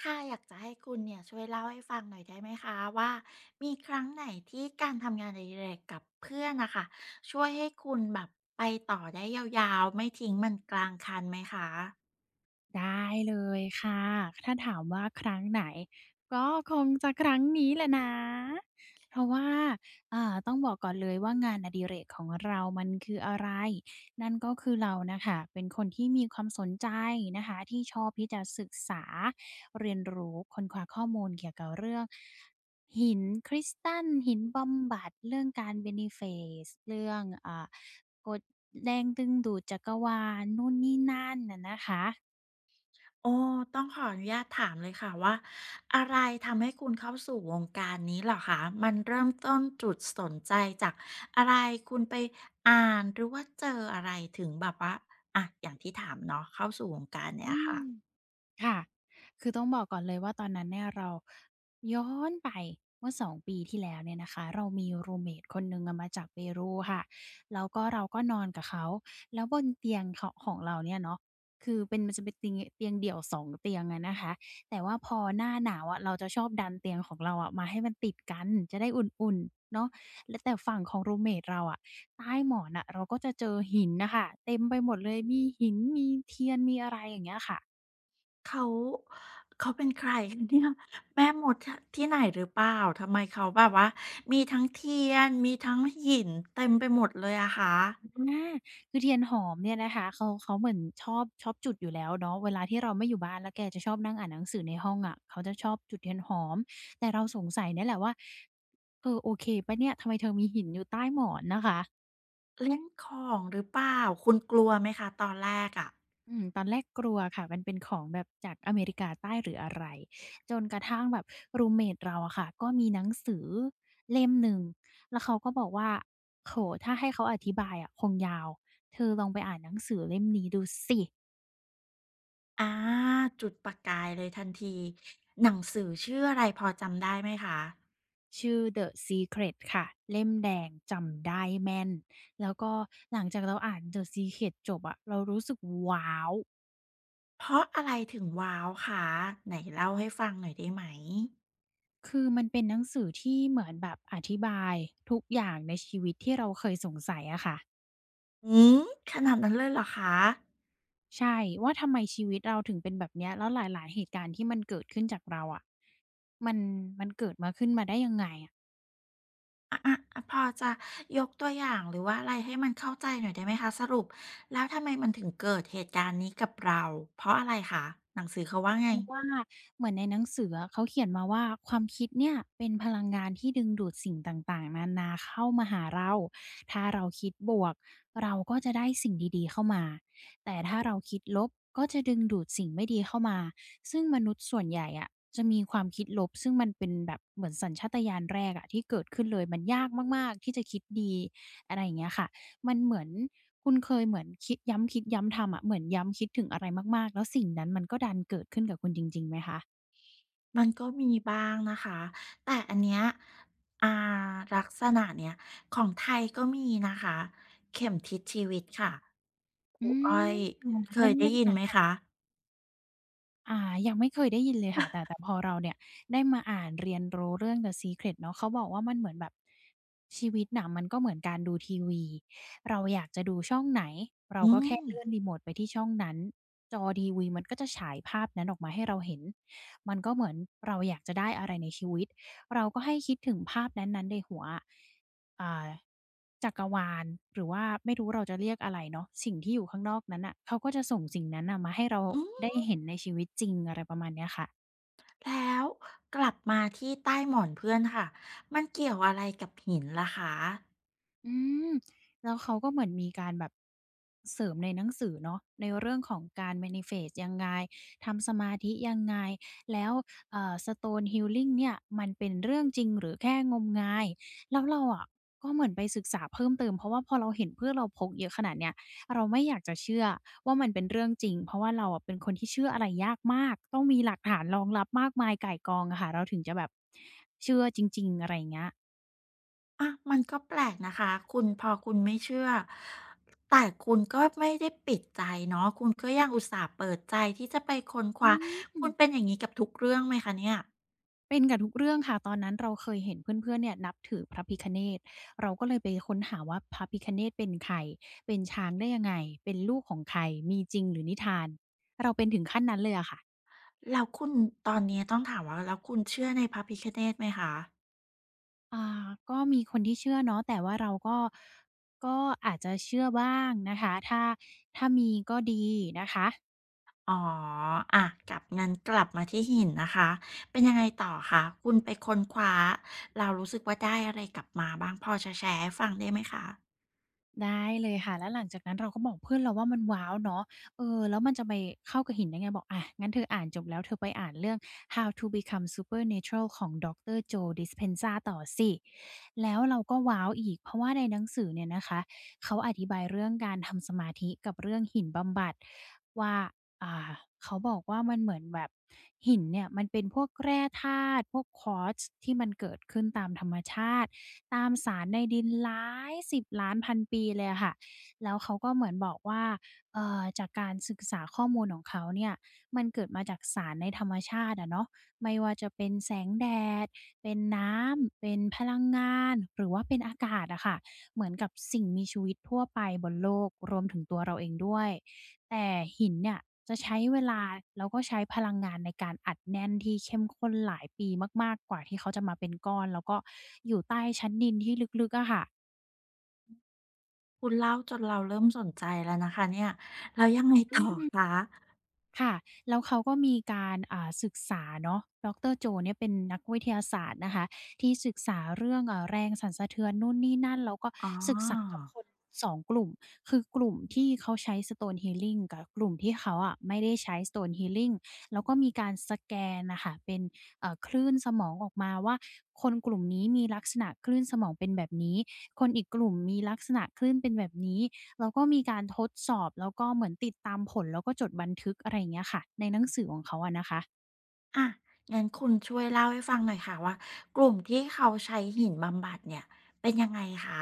ค่ะอยากจะให้คุณเนี่ยช่วยเล่าให้ฟังหน่อยได้ไหมคะว่ามีครั้งไหนที่การทำงานอดิเรกกับเพื่อนนะคะช่วยให้คุณแบบไปต่อได้ยาวๆไม่ทิ้งมันกลางคันไหมคะได้เลยค่ะ ถ้าถามว่าครั้งไหนก็คงจะครั้งนี้แหละนะ เพราะว่าต้องบอกก่อนเลยว่างานอดิเรกของเรามันคืออะไร นั่นก็คือเราน่ะค่ะเป็นคนที่มีความสนใจนะคะที่ชอบที่จะศึกษาเรียนรู้ค้นคว้าข้อมูลเกี่ยวกับเรื่องหินคริสตัลหินบำบัดเรื่องการ b e n e f a c e เรื่องอ่ากฎแรงดึงดูดจักรวาลนู่นนี่นั่นน่ะนะคะ โอ้ต้องขออนุญาตถามเลยค่ะว่าอะไรทำให้คุณเข้าสู่วงการนี้เหรอคะมันเริ่มต้นจุดสนใจจากอะไรคุณไปอ่านหรือว่าเจออะไรถึงแบบว่าอะอย่างที่ถามเนาะเข้าสู่วงการเนี่อืยค่ะ มค่ะคือต้องบอกก่อนเลยว่าตอนนั้นเนี่ยเราย้อนไปเมื่อ2ปีที่แล้วเนี่ยนะคะเรามีรูมเมตคนหนึ่งอะมาจากเปรูค่ะแล้วก็เราก็นอนกับเขาแล้วบนเตียงเขาของเราเนี่ยเนาะคือเป็นมันจะเป็นเตียงเดี่ยว2เตียงอะนะคะแต่ว่าพอหน้าหนาวอะเราจะชอบดันเตียงของเราอะมาให้มันติดกันจะได้อุ่นๆเนาะแล้วแต่ฝั่งของรูมเมตเราอะใต้หมอนน่ะเราก็จะเจอหินน่ะค่ะเต็มไปหมดเลยมีหินมีเทียนมีอะไรอย่างเงี้ยค่ะ เขาเขาเป็นใครคะเนี่ยแม่มดทที่ไหนหรือเปล่าทำไมเขาแบบว่ามีทั้งเทียนมีทั้งหินเต็มไปหมดเลยอะคะอาคือเทียนหอมเนี่ยนะคะเขาเหมือนชอบจุดอยู่แล้วเนาะเวลาที่เราไม่อยู่บ้านแล้วแกจะชอบนั่งอ่านหนังสือในห้องอะเขาจะชอบจุดเทียนหอมแต่เราสงสัยเนี่ยแหละว่าเออโอเคเปล่าเนี่ยทำไมเธอมีหินอยู่ใต้หมอนนะคะเล่นของหรือเปล่าคุณกลัวไหมคะตอนแรกอะอืมตอนแรกกลัวค่ะมันเป็นของแบบจากอเมริกาใต้หรืออะไรจนกระทั่งแบบรูมเมตเราอะค่ะก็มีหนังสือเล่มหนึ่งแล้วเขาก็บอกว่าโอ้โฮถ้าให้เขาอธิบายอะคงยาวเธอลองไปอ่านหนังสือเล่มนี้ดูสิ อาจุดประกายเลยทันทีหนังสือชื่ออะไรพอจำได้ไหมคะชื่อ The Secret ค่ะเล่มแดงจำได้แม่นแล้วก็หลังจากเราอ่าน The Secret จบอะเรารู้สึกว้าวเพราะอะไรถึงว้าวคะไหนเล่าให้ฟังหน่อยได้ไหมคือมันเป็นหนังสือที่เหมือนแบบอธิบายทุกอย่างในชีวิตที่เราเคยสงสัยอะค่ะหือขนาดนั้นเลยเหรอคะ ใช่ว่าทำไมชีวิตเราถึงเป็นแบบเนี้ยแล้วหลายๆเหตุการณ์ที่มันเกิดขึ้นจากเราอะมันมันเกิดมาขึ้นมาได้ยังไงอะ อะอะอะพอจะยกตัวอย่างหรือว่าอะไรให้มันเข้าใจหน่อยได้ไหมคะสรุปแล้วทำไมมันถึงเกิดเหตุการณ์นี้กับเราเพราะอะไรคะหนังสือเขาว่าไงเหมือนในหนังสืออะเขาเขียนมาว่าความคิดเนี่ยเป็นพลังงานที่ดึงดูดสิ่งต่างๆนานาเข้ามาหาเราถ้าเราคิดบวกเราก็จะได้สิ่งดีๆเข้ามา แต่ถ้าเราคิดลบก็จะดึงดูดสิ่งไม่ดีเข้ามา ซึ่งมนุษย์ส่วนใหญ่อะจะมีความคิดลบซึ่งมันเป็นแบบเหมือนสัญชาตญาณแรกอะที่เกิดขึ้นเลยมันยากมากๆที่จะคิดดีอะไรอย่างเงี้ยค่ะ มันเหมือนคุณเคยเหมือนคิดย้ำคิดย้ำทำอะเหมือนย้ำคิดถึงอะไรมากๆแล้วสิ่งนั้นมันก็ดันเกิดขึ้นกับคุณจริงๆไหมคะมันก็มีบ้างนะคะแต่อันเนี้ยอ่าลักษณะเนี้ยของไทยก็มีนะคะเข็มทิศชีวิตค่ะคอืรูอ้อมยเคเลยได้่มยิๆนนั้ไหมน คะอ่ายังไม่เคยได้ยินเลยค่ะแต่พอเราเนี่ยได้มาอ่านเรียนรู้เรื่อง The Secret เนาะเขาบอกว่ามันเหมือนแบบชีวิตน่ะมันก็เหมือนการดูทีวี เราอยากจะดูช่องไหนเราอืก็มแค่เลื่อนรีโมตไปที่ช่องนั้นจอทีวีมันก็จะฉายภาพนั้นออกมาให้เราเห็น มันก็เหมือนเราอยากจะได้อะไรในชีวิตเราก็ให้คิดถึงภาพนั้นๆในหัวอะ อ่าจักรวาลหรือว่าไม่รู้เราจะเรียกอะไรเนาะสิ่งที่อยู่ข้างนอกนั้นน่ะเขาก็จะส่งสิ่งนั้นน่ะมาให้เราอืได้มเห็นในชีวิตจริงอะไรประมาณเนี้ยค่ะ แล้วกลับมาที่ใต้หมอนเพื่อนค่ะมันเกี่ยวอะไรกับหินล่ะคะ อืมแล้วเขาก็เหมือนมีการแบบเสริมในหนังสือเนาะในเรื่องของการ manifest ยังไงทำสมาธิยังไงแล้วstone healing เนี่ยมันเป็นเรื่องจริงหรือแค่งมงายแล้วเราอะก็เหมือนไปศึกษาเพิ่มเติมเพราะว่าพอเราเห็นเพื่อนเราพกเยอะขนาดเนี้ยเราไม่อยากจะเชื่อว่ามันเป็นเรื่องจริงเพราะว่าเราอะเป็นคนที่เชื่ออะไรยากมากต้องมีหลักฐานรองรับมากมายก่ายกองอะค่ะเราถึงจะแบบเชื่อจริงๆอะไรอย่างเงี้ยอะมันก็แปลกนะคะคุณพอคุณไม่เชื่อแต่คุณก็ไม่ได้ปิดใจเนาะคุณก็ยังอุตส่าห์เปิดใจที่จะไปค้นคอืว้าม คุณเป็นอย่างนี้กับทุกเรื่องไหมคะเนี่ยเป็นกับทุกเรื่องค่ะตอนนั้นเราเคยเห็นเพื่อนๆเนี่ยนับถือพระพิฆเนศเราก็เลยไปค้นหาว่าพระพิฆเนศเป็นใครเป็นช้างได้ยังไงเป็นลูกของใครมีจริงหรือนิทานเราเป็นถึงขั้นนั้นเลยอะค่ะแล้วคุณตอนนี้ต้องถามว่าแล้วคุณเชื่อในพระพิฆเนศไหมคะอ่าก็มีคนที่เชื่อเนาะแต่ว่าเราก็ก็อาจจะเชื่อบ้างนะคะถ้าถ้ามีก็ดีนะคะ อ๋ออะกลับมาที่หินนะคะเป็นยังไงต่อคะคุณไปค้นคว้าเรารู้สึกว่าได้อะไรกลับมาบ้างพอจะแชร์ให้ฟังได้ไหมคะได้เลยค่ะแล้วหลังจากนั้นเราก็บอกเพื่อนเราว่ามันว้าวเนาะเออแล้วมันจะไปเข้ากับหินได้ไงบอกอ่ะงั้นเธออ่านจบแล้วเธอไปอ่านเรื่อง How to Become Supernatural ของดอกเตอร์โจ Dispenza ต่อสิแล้วเราก็ว้าวอีกเพราะว่าในหนังสือเนี่ยนะคะเขาอธิบายเรื่องการทำสมาธิกับเรื่องหินบำบัดว่า อ่าเขาบอกว่ามันเหมือนแบบหินเนี่ยมันเป็นพวกแร่ธาตุพวกควอร์ t ที่มันเกิดขึ้นตามธรรมชาติตามสารในดินหลายสิบล้านพันปีเลยอะค่ะแล้วเขาก็เหมือนบอกว่าจากการศึกษาข้อมูลของเขาเนี่ยมันเกิดมาจากสารในธรรมชาติอะเนาะไม่ว่าจะเป็นแสงแดดเป็นน้ำเป็นพลังงานหรือว่าเป็นอากาศอะค่ะเหมือนกับสิ่งมีชีวิตทั่วไปบนโลกรวมถึงตัวเราเองด้วย แต่หินเนี่ยจะใช้เวลาแล้วก็ใช้พลังงานในการอัดแน่นที่เข้มข้นหลายปีมากๆกว่าที่เขาจะมาเป็นก้อนแล้วก็อยู่ใต้ชั้นดินที่ลึกๆอะค่ะคุณเล่าจนเราเริ่มสนใจแล้วนะคะเนี่ยแล้วยังไงต่ออืม คะ ค่ะแล้วเขาก็มีการศึกษาเนาะดรโจเนี่ยเป็นนักวิทยาศาสตร์นะคะที่ศึกษาเรื่องแรงสั่นสะเทือนนู่นนี่นั่นแล้วก็อ๋ศึกษากับอคนสองกลุ่มคือกลุ่มที่เขาใช้ Stone Healing กับกลุ่มที่เขาอะไม่ได้ใช้ Stone Healing แล้วก็มีการสแกนน่ะค่ะเป็นคลื่นสมองออกมาว่าคนกลุ่มนี้มีลักษณะคลื่นสมองเป็นแบบนี้ คนอีกกลุ่มมีลักษณะคลื่นเป็นแบบนี้ แล้วก็มีการทดสอบแล้วก็เหมือนติดตามผลแล้วก็จดบันทึกอะไรอย่างเงี้ยค่ะในหนังสือของเขาอะนะคะอะงั้นคุณช่วยเล่าให้ฟังหน่อยค่ะว่ากลุ่มที่เขาใช้หินบำบัดเนี่ยเป็นยังไงคะ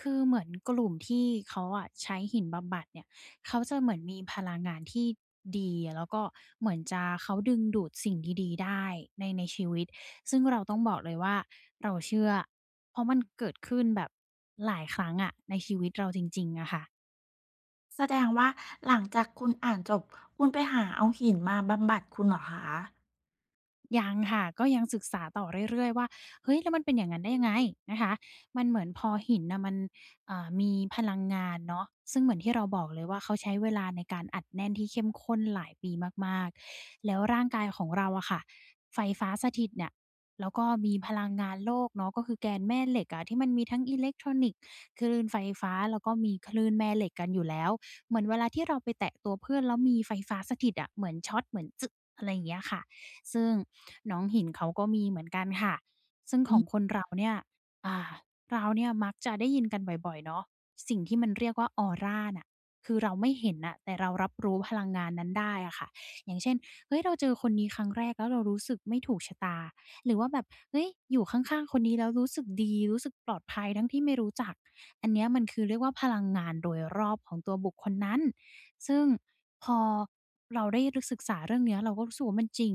คือเหมือนกลุ่มที่เขาอะใช้หินบำบัดเนี่ยเขาจะเหมือนมีพลังงานที่ดีแล้วก็เหมือนจะเขาดึงดูดสิ่งดีๆได้ในชีวิตซึ่งเราต้องบอกเลยว่าเราเชื่อเพราะมันเกิดขึ้นแบบหลายครั้งอะในชีวิตเราจริงๆอะค่ะ แสดงว่าหลังจากคุณอ่านจบคุณไปหาเอาหินมาบำบัดคุณเหรอคะยังค่ะก็ยังศึกษาต่อเรื่อยๆว่าเฮ้ยแล้วมันเป็นอย่างนั้นได้ยังไงนะคะมันเหมือนพอหินน่ะมันมีพลังงานเนาะซึ่งเหมือนที่เราบอกเลยว่าเขาใช้เวลาในการอัดแน่นที่เข้มข้นหลายปีมากๆแล้วร่างกายของเราอะค่ะไฟฟ้าสถิตเนี่ยแล้วก็มีพลังงานโลกเนาะก็คือแกนแม่เหล็กอะที่มันมีทั้งอิเล็กทรอนิกส์คลื่นไฟฟ้าแล้วก็มีคลื่นแม่เหล็กกันอยู่แล้วเหมือนเวลาที่เราไปแตะตัวเพื่อนแล้วมีไฟฟ้าสถิตอะเหมือนช็อตเหมือนอะไรอย่างเงี้ยค่ะ ซึ่งน้องหินเขาก็มีเหมือนกันค่ะ ซึ่งของคนเราเนี่ยอ่าเราเนี่ยมักจะได้ยินกันบ่อยๆเนาะสิ่งที่มันเรียกว่าออราน่ะคือเราไม่เห็นน่ะแต่เรารับรู้พลังงานนั้นได้อะค่ะอย่างเช่นเฮ้ยเราเจอคนนี้ครั้งแรกแล้วเรารู้สึกไม่ถูกชะตาหรือว่าแบบเฮ้ยอยู่ข้างๆคนนี้แล้วรู้สึกดีรู้สึกปลอดภัยทั้งที่ไม่รู้จักอันเนี้ยมันคือเรียกว่าพลังงานโดยรอบของตัวบุคคลนั้นซึ่งพอเราได้รศึกษาเรื่องเนี้ยเราก็รู้สึกว่ามันจริง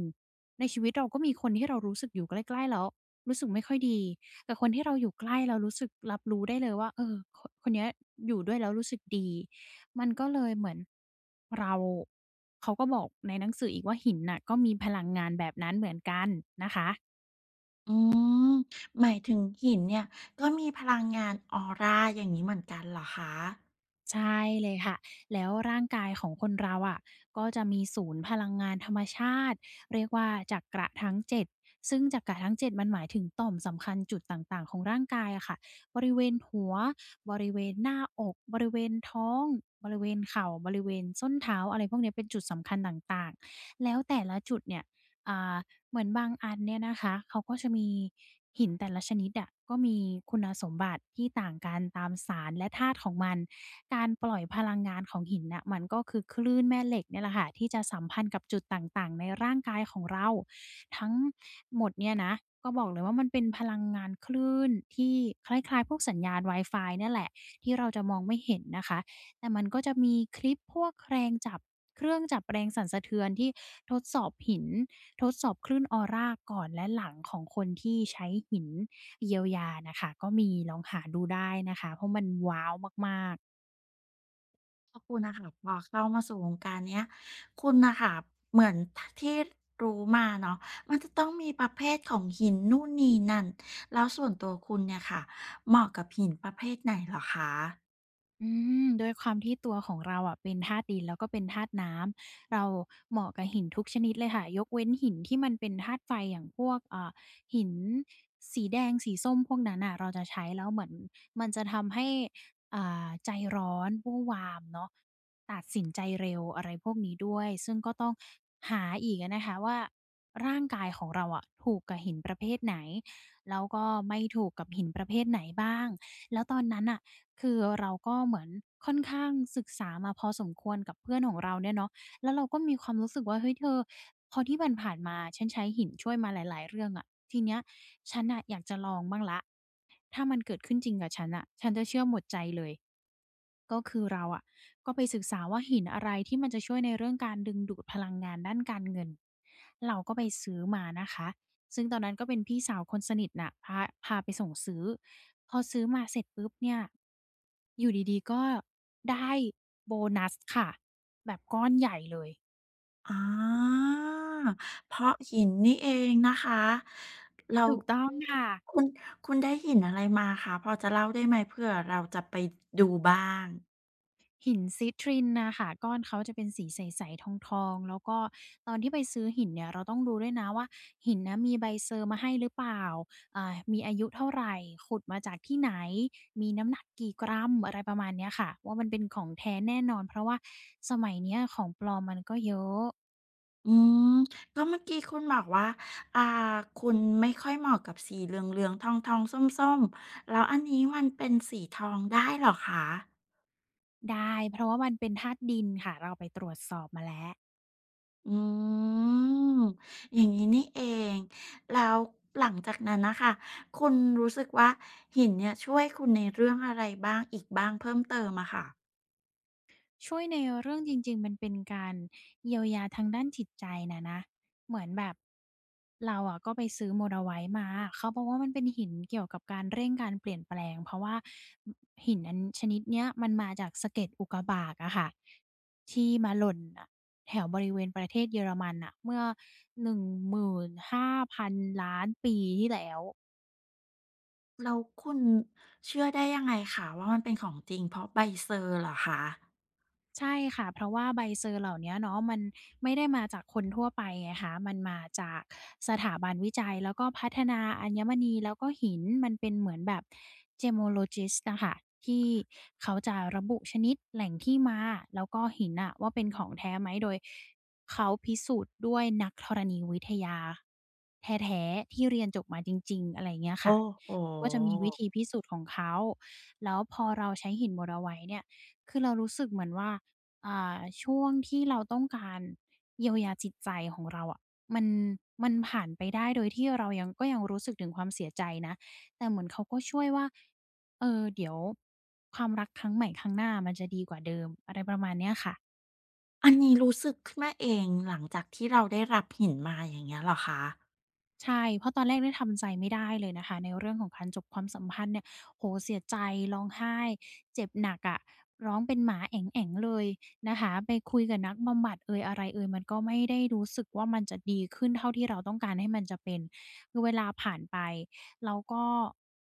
ในชีวิตเราก็มีคนที่เรารู้สึกอยู่ใกล้ๆแล้วรู้สึกไม่ค่อยดีกับคนที่เราอยู่ใกล้เรารู้สึกรับรู้ได้เลยว่าเออคคนเนี้ยอยู่ด้วยแล้วรู้สึกดีมันก็เลยเหมือนเราเขาก็บอกในหนังสืออีกว่าหินน่ะก็มีพลังงานแบบนั้นเหมือนกันนะคะ อืม หมายถึงหินเนี่ยก็มีพลังงานออร่าอย่างงี้เหมือนกันเหรอคะ ใช่เลยค่ะแล้วร่างกายของคนเราอะก็จะมีศูนย์พลังงานธรรมชาติเรียกว่าจักระทั้งเจ็ดซึ่งจักระทั้งเจ็ดมันหมายถึงต่อมสำคัญจุดต่างๆของร่างกายอะค่ะบริเวณหัวบริเวณหน้าอกบริเวณท้องบริเวณเข่าบริเวณส้นเท้าอะไรพวกเนี้ยเป็นจุดสำคัญต่างๆแล้วแต่ละจุดเนี่ย เหมือนบางอันเนี่ยนะคะเขาก็จะมีหินแต่ละชนิดอะก็มีคุณสมบัติที่ต่างกันตามสารและธาตุของมันการปล่อยพลังงานของหินน่ะมันก็คือคลื่นแม่เหล็กเนี่ยแหละค่ะที่จะสัมพันธ์กับจุดต่างๆในร่างกายของเราทั้งหมดเนี่ยนะก็บอกเลยว่ามันเป็นพลังงานคลื่นที่คล้ายๆพวกสัญญาณวาฟเนี่ยแหละที่เราจะมองไม่เห็นนะคะแต่มันก็จะมีคลิปพวกแรงจับเครื่องจับแรงสั่นสะเทือนที่ทดสอบหิน ทดสอบคลื่นออราก่อนและหลังของคนที่ใช้หินเยียวยานะคะก็มีลองหาดูได้นะคะเพราะมันว้าวมากๆ พอคุณนะคะพอเข้ามาสู่วงการเนี้ยคุณนะคะเหมือนที่รู้มาเนาะมันจะต้องมีประเภทของหินนู่นนี่นั่นแล้วส่วนตัวคุณเนี่ยค่ะเหมาะกับหินประเภทไหนเหรอคะอืมด้วยความที่ตัวของเราอ่ะเป็นธาตุดินแล้วก็เป็นธาตุน้ำเราเหมาะกับหินทุกชนิดเลยค่ะยกเว้นหินที่มันเป็นธาตุไฟอย่างพวกหินสีแดงสีส้มพวกนั้นอ่ะเราจะใช้แล้วเหมือนมันจะทำให้ใจร้อนวู่วามเนาะตัดสินใจเร็วอะไรพวกนี้ด้วยซึ่งก็ต้องหาอีกอะนะคะว่าร่างกายของเราอะถูกกับหินประเภทไหนแล้วก็ไม่ถูกกับหินประเภทไหนบ้างแล้วตอนนั้นอ่ะ คือเราก็เหมือนค่อนข้างศึกษามาพอสมควรกับเพื่อนของเราเนี่ยเนาะแล้วเราก็มีความรู้สึกว่าเฮ้ยเธอพอที่ผ่านๆมาฉันใช้หินช่วยมาหลายๆเรื่องอะทีเนี้ยฉันน่ะอยากจะลองบ้างแล้ว ถ้ามันเกิดขึ้นจริงกับฉันอะฉันจะเชื่อหมดใจเลย ก็คือเราอะก็ไปศึกษาว่าหินอะไรที่มันจะช่วยในเรื่องการดึงดูดพลังงานด้านการเงิน เราก็ไปซื้อมานะคะ ซึ่งตอนนั้นก็เป็นพี่สาวคนสนิทน่ะพาไปส่งซื้อ พอซื้อมาเสร็จปุ๊บเนี่ย อยู่ดีๆก็ได้โบนัสค่ะ แบบก้อนใหญ่เลย อาเพราะหินนี่เองนะคะเราถูกต้องค่ะ คุณคุณได้หินอะไรมาคะพอจะเล่าได้ไหมเพื่อเราจะไปดูบ้าง หินซิตรินนะค่ะก้อนเขาจะเป็นสีใสๆทองๆแล้วก็ตอนที่ไปซื้อหินเนี่ยเราต้องดูด้วยนะว่าหินนะมีใบเซอร์มาให้หรือเปล่ามีอายุเท่าไรขุดมาจากที่ไหนมีน้ำหนักกี่กรัมอะไรประมาณเนี้ยค่ะว่ามันเป็นของแท้แน่นอนเพราะว่าสมัยเนี้ยของปลอมมันก็เยอะอืมก็เมื่อกี้คุณบอกว่าอ่าคุณไม่ค่อยเหมาะกับสีเหลืองๆทองๆส้มๆแล้วอันนี้มันเป็นสีทองได้เหรอคะได้เพราะว่ามันเป็นธาตุดินค่ะเราไปตรวจสอบมาแล้ว อืมอย่างนี้นี่เองแล้วหลังจากนั้นนะค่ะคุณรู้สึกว่าหินเนี่ยช่วยคุณในเรื่องอะไรบ้างอีกบ้างเพิ่มเติมอะค่ะช่วยในเรื่องจริงๆ มันเป็นการเยียวยาทางด้านจิตใจนะ เหมือนแบบเราอะก็ไปซื้อ Moldavite มา เขาบอกว่ามันเป็นหินเกี่ยวกับการเร่งการเปลี่ยนแปลงเพราะว่าอหินอันชนิดเนี้ยมันมาจากสะเก็ดอุกกาบาตอะค่ะที่มาหล่นน่ะแถวบริเวณประเทศเยอรมันน่ะเมื่อ15,000ล้านปีที่แล้ว แล้วคุณเชื่อได้ยังไงคะว่ามันเป็นของจริงเพราะใบเซอร์เหรอคะใช่ค่ะเพราะว่าใบเซอร์เหล่าเนี้ยเนาะมันไม่ได้มาจากคนทั่วไปไงคะมันมาจากสถาบันวิจัยแล้วก็พัฒนาอัญมณีแล้วก็หินมันเป็นเหมือนแบบ gemologist น่ะค่ะที่เขาจะระบุชนิดแหล่งที่มาแล้วก็หินน่ะว่าเป็นของแท้ไหมโดยเขาพิสูจน์ด้วยนักธรณีวิทยาแท้ๆที่เรียนจบมาจริงๆอะไรเงี้ยโอ้ค่ะโฮ เขาก็จะมีวิธีพิสูจน์ของเขาแล้วพอเราใช้หิน Morowite เนี่ยคือเรารู้สึกเหมือนว่า อ่าช่วงที่เราต้องการเยียวยาจิตใจของเราอะมันมันผ่านไปได้โดยที่เรายังก็ยังรู้สึกถึงความเสียใจนะแต่เหมือนเขาก็ช่วยว่าเออเดี๋ยวความรักครั้งใหม่ครั้งหน้ามันจะดีกว่าเดิมอะไรประมาณเนี้ยค่ะ อันนี้รู้สึกขึ้นมาเองหลังจากที่เราได้รับหินมาอย่างเงี้ยเหรอคะใช่เพราะตอนแรกเนี่ยทำใจไม่ได้เลยนะคะในเรื่องของการจบความสัมพันธ์เนี่ยโอ้โฮเสียใจร้องไห้ เจ็บหนักอะร้องเป็นหมาแอ๋งๆเลยนะคะไปคุยกับนักบำบัดเอยอะไรเอยมันก็ไม่ได้รู้สึกว่ามันจะดีขึ้นเท่าที่เราต้องการให้มันจะเป็นคือเวลาผ่านไปเราก็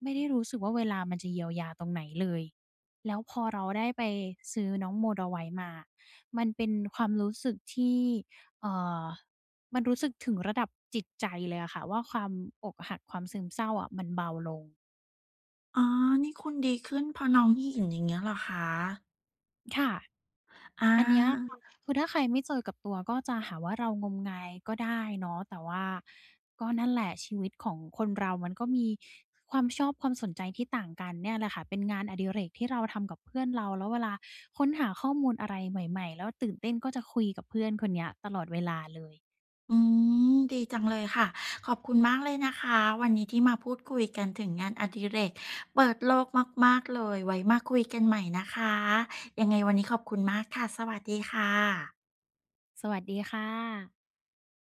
ไม่ได้รู้สึกว่าเวลามันจะเยียวยาตรงไหนเลยแล้วพอเราได้ไปซื้อน้อง Moldavi มา มันเป็นความรู้สึกที่เอ่อ มันรู้สึกถึงระดับจิตใจเลยอะค่ะว่าความอกหักความซึมเศร้าอะมันเบาลง อ๋อนี่คุณดีขึ้นเพราะน้องหินอย่างเงี้ยเหรอคะค่ะ อาอันเนี้ยค่ะคือถ้าใครไม่เจอกับตัวก็จะหาว่าเรางมงายก็ได้เนาะแต่ว่าก็นั่นแหละชีวิตของคนเรามันก็มีความชอบความสนใจที่ต่างกันเนี่ยแหละค่ะเป็นงานอดิเรกที่เราทำกับเพื่อนเราแล้วเวลาค้นหาข้อมูลอะไรใหม่ๆแล้วตื่นเต้นก็จะคุยกับเพื่อนคนเนี้ยตลอดเวลาเลยอืมดีจังเลยค่ะขอบคุณมากเลยนะคะวันนี้ที่มาพูดคุยกันถึงงานอดิเรกเปิดโลกมากๆเลยไว้มาคุยกันใหม่นะคะยังไงวันนี้ขอบคุณมากค่ะสวัสดีค่ะสวัสดีค่ะ